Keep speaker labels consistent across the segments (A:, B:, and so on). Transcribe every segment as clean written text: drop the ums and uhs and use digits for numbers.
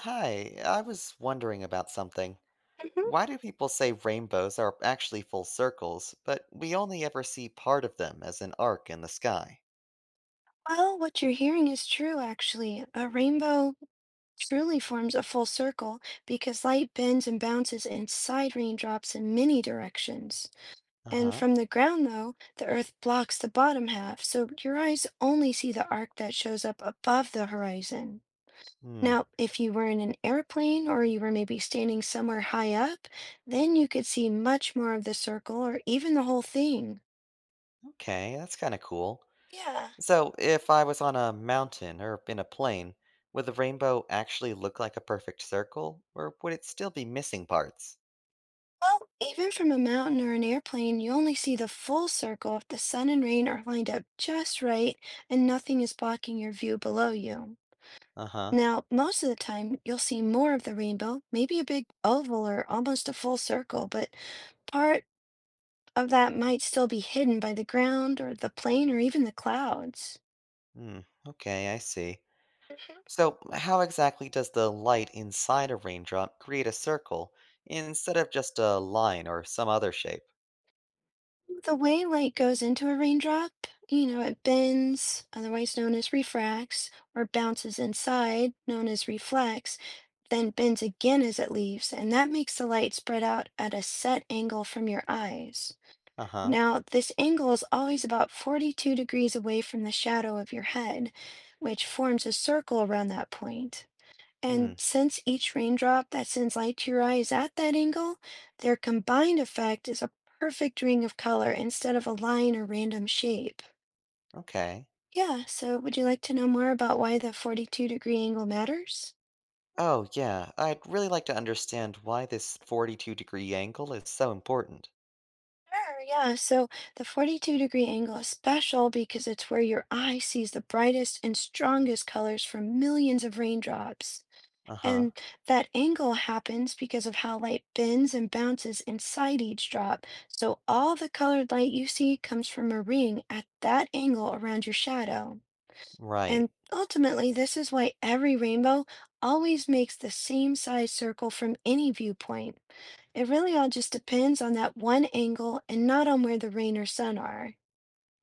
A: Hi, I was wondering about something.
B: Mhm.
A: Why do people say rainbows are actually full circles, but we only ever see part of them as an arc in the sky?
B: Well, what you're hearing is true, actually. A rainbow truly forms a full circle because light bends and bounces inside raindrops in many directions.
A: Uh
B: And
A: huh.
B: from the ground, though, the earth blocks the bottom half, so your eyes only see the arc that shows up above the horizon.
A: Hmm.
B: Now, if you were in an airplane or you were maybe standing somewhere high up, then you could see much more of the circle or even the whole thing.
A: Okay, that's kind of cool.
B: Yeah.
A: So, if I was on a mountain or in a plane, would the rainbow actually look like a perfect circle, or would it still be missing parts?
B: Well, even from a mountain or an airplane, you only see the full circle if the sun and rain are lined up just right and nothing is blocking your view below you.
A: Uh huh.
B: Now, most of the time, you'll see more of the rainbow, maybe a big oval or almost a full circle, but part of that might still be hidden by the ground or the plane or even the clouds.
A: Hmm. Okay, I see.
B: Mhm.
A: So, how exactly does the light inside a raindrop create a circle instead of just a line or some other shape?
B: The way light goes into a raindrop, it bends, otherwise known as refracts, or bounces inside, known as reflects then bends again as it leaves, and that makes the light spread out at a set angle from your eyes.
A: Uh huh.
B: Now, this angle is always about 42 degrees away from the shadow of your head, which forms a circle around that point.
A: Hmm.
B: And since each raindrop that sends light to your eye is at that angle, their combined effect is a perfect ring of color instead of a line or random shape.
A: Okay.
B: Yeah, so would you like to know more about why the 42-degree angle matters?
A: Oh, yeah. I'd really like to understand why this 42-degree degree angle is so important.
B: Sure, yeah. So the 42-degree angle is special because it's where your eye sees the brightest and strongest colors from millions of raindrops.
A: Uh huh.
B: And that angle happens because of how light bends and bounces inside each drop. So all the colored light you see comes from a ring at that angle around your shadow. And
A: Right.
B: ultimately, this is why every rainbow always makes the same size circle from any viewpoint. It really all just depends on that one angle and not on where the rain or sun are.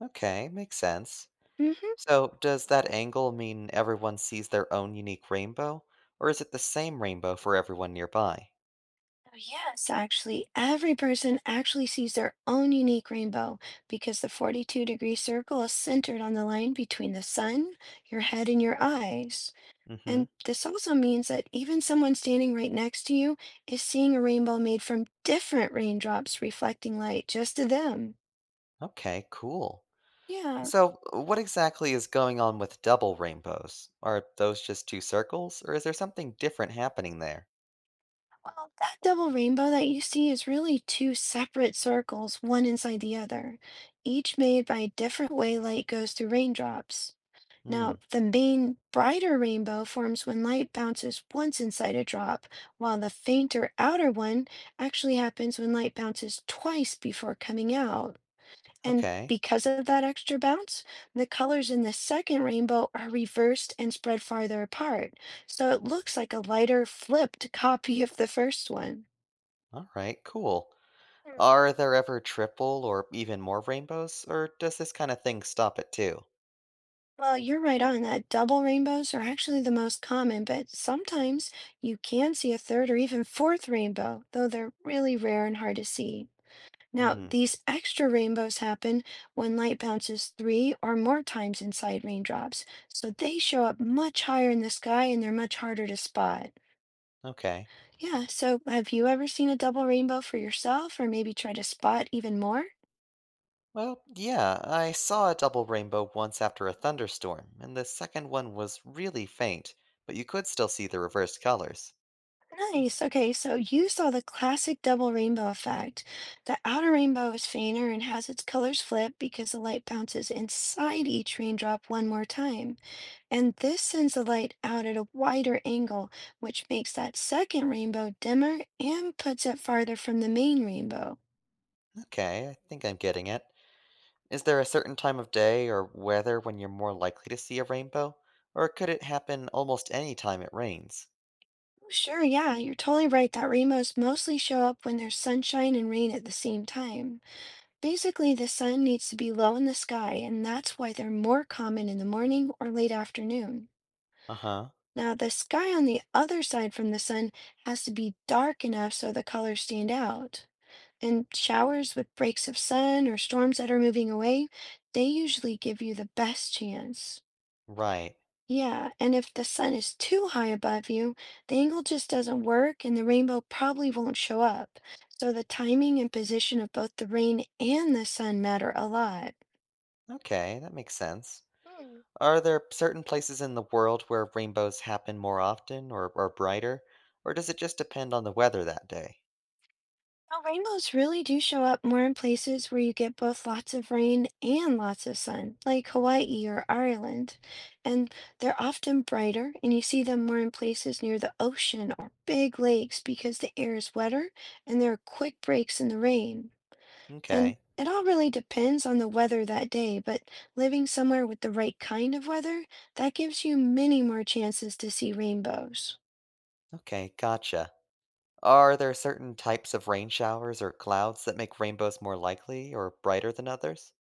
A: Okay. Makes sense.
B: Hmm.
A: So, does that angle mean everyone sees their own unique rainbow, or is it the same rainbow for everyone nearby?
B: Yes, actually, every person actually sees their own unique rainbow because the 42-degree circle is centered on the line between the sun, your head, and your eyes.
A: Mm hmm.
B: And this also means that even someone standing right next to you is seeing a rainbow made from different raindrops reflecting light just to them.
A: Okay. Cool.
B: Yeah,
A: So, what exactly is going on with double rainbows? Are those just two circles, or is there something different happening there?
B: well, that double rainbow that you see is really two separate circles, one inside the other, each made by a different way light goes through raindrops.
A: Hmm,
B: Now, the main brighter rainbow forms when light bounces once inside a drop, while the fainter outer one actually happens when light bounces twice before coming out. And
A: okay.
B: because of that extra bounce, the colors in the second rainbow are reversed and spread farther apart. So it looks like a lighter, flipped copy of the first one.
A: Alright, cool.
B: Hmm.
A: Are there ever triple or even more rainbows, or does this kind of thing stop at two?
B: Well, you're right on that. Double rainbows are actually the most common, but sometimes you can see a third or even fourth rainbow, though they're really rare and hard to see. Now,
A: Hmm,
B: these extra rainbows happen when light bounces three or more times inside raindrops, so they show up much higher in the sky and they're much harder to spot.
A: okay.
B: Yeah, so have you ever seen a double rainbow for yourself or maybe try to spot even more?
A: Well, yeah, I saw a double rainbow once after a thunderstorm, and the second one was really faint, but you could still see the reversed colors.
B: Nice. Okay, so you saw the classic double rainbow effect. The outer rainbow is fainter and has its colors flip because the light bounces inside each raindrop one more time. And this sends the light out at a wider angle, which makes that second rainbow dimmer and puts it farther from the main rainbow.
A: Okay, I think I'm getting it. Is there a certain time of day or weather when you're more likely to see a rainbow? Or could it happen almost any time it rains?
B: Sure, yeah, you're totally right that rainbows mostly show up when there's sunshine and rain at the same time. Basically, the sun needs to be low in the sky, and that's why they're more common in the morning or late afternoon.
A: Uh huh.
B: Now, the sky on the other side from the sun has to be dark enough so the colors stand out. And showers with breaks of sun or storms that are moving away, they usually give you the best chance.
A: Right.
B: Yeah, and if the sun is too high above you, the angle just doesn't work and the rainbow probably won't show up. So the timing and position of both the rain and the sun matter a lot.
A: Okay, that makes sense. Are there certain places in the world where rainbows happen more often or are brighter? Or does it just depend on the weather that day?
B: Now, rainbows really do show up more in places where you get both lots of rain and lots of sun, like Hawaii or Ireland. And they're often brighter, and you see them more in places near the ocean or big lakes because the air is wetter and there are quick breaks in the rain. And
A: Okay.
B: it all really depends on the weather that day, but living somewhere with the right kind of weather, that gives you many more chances to see rainbows.
A: Okay, gotcha. Are there certain types of rain showers or clouds that make rainbows more likely or brighter than others?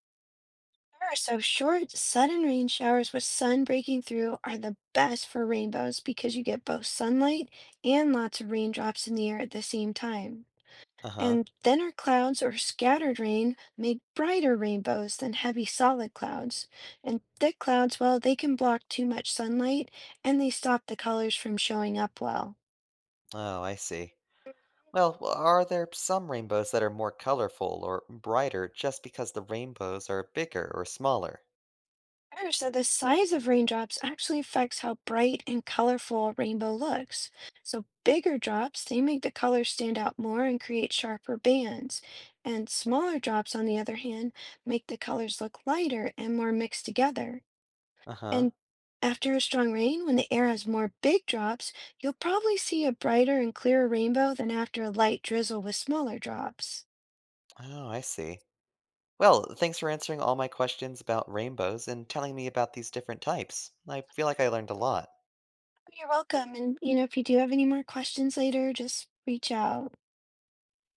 B: Sure. So short, sudden rain showers with sun breaking through are the best for rainbows because you get both sunlight and lots of raindrops in the air at the same time.
A: Uh huh.
B: And thinner clouds or scattered rain make brighter rainbows than heavy solid clouds. And thick clouds, well, they can block too much sunlight and they stop the colors from showing up well.
A: Oh, I see. Well, are there some rainbows that are more colorful or brighter just because the rainbows are bigger or smaller?
B: Sure, so the size of raindrops actually affects how bright and colorful a rainbow looks. So bigger drops, they make the colors stand out more and create sharper bands. And smaller drops, on the other hand, make the colors look lighter and more mixed together.
A: Uh huh.
B: And after a strong rain, when the air has more big drops, you'll probably see a brighter and clearer rainbow than after a light drizzle with smaller drops.
A: Oh, I see. Well, thanks for answering all my questions about rainbows and telling me about these different types. I feel like I learned a lot.
B: You're welcome. And you know, if you do have any more questions later, just reach out.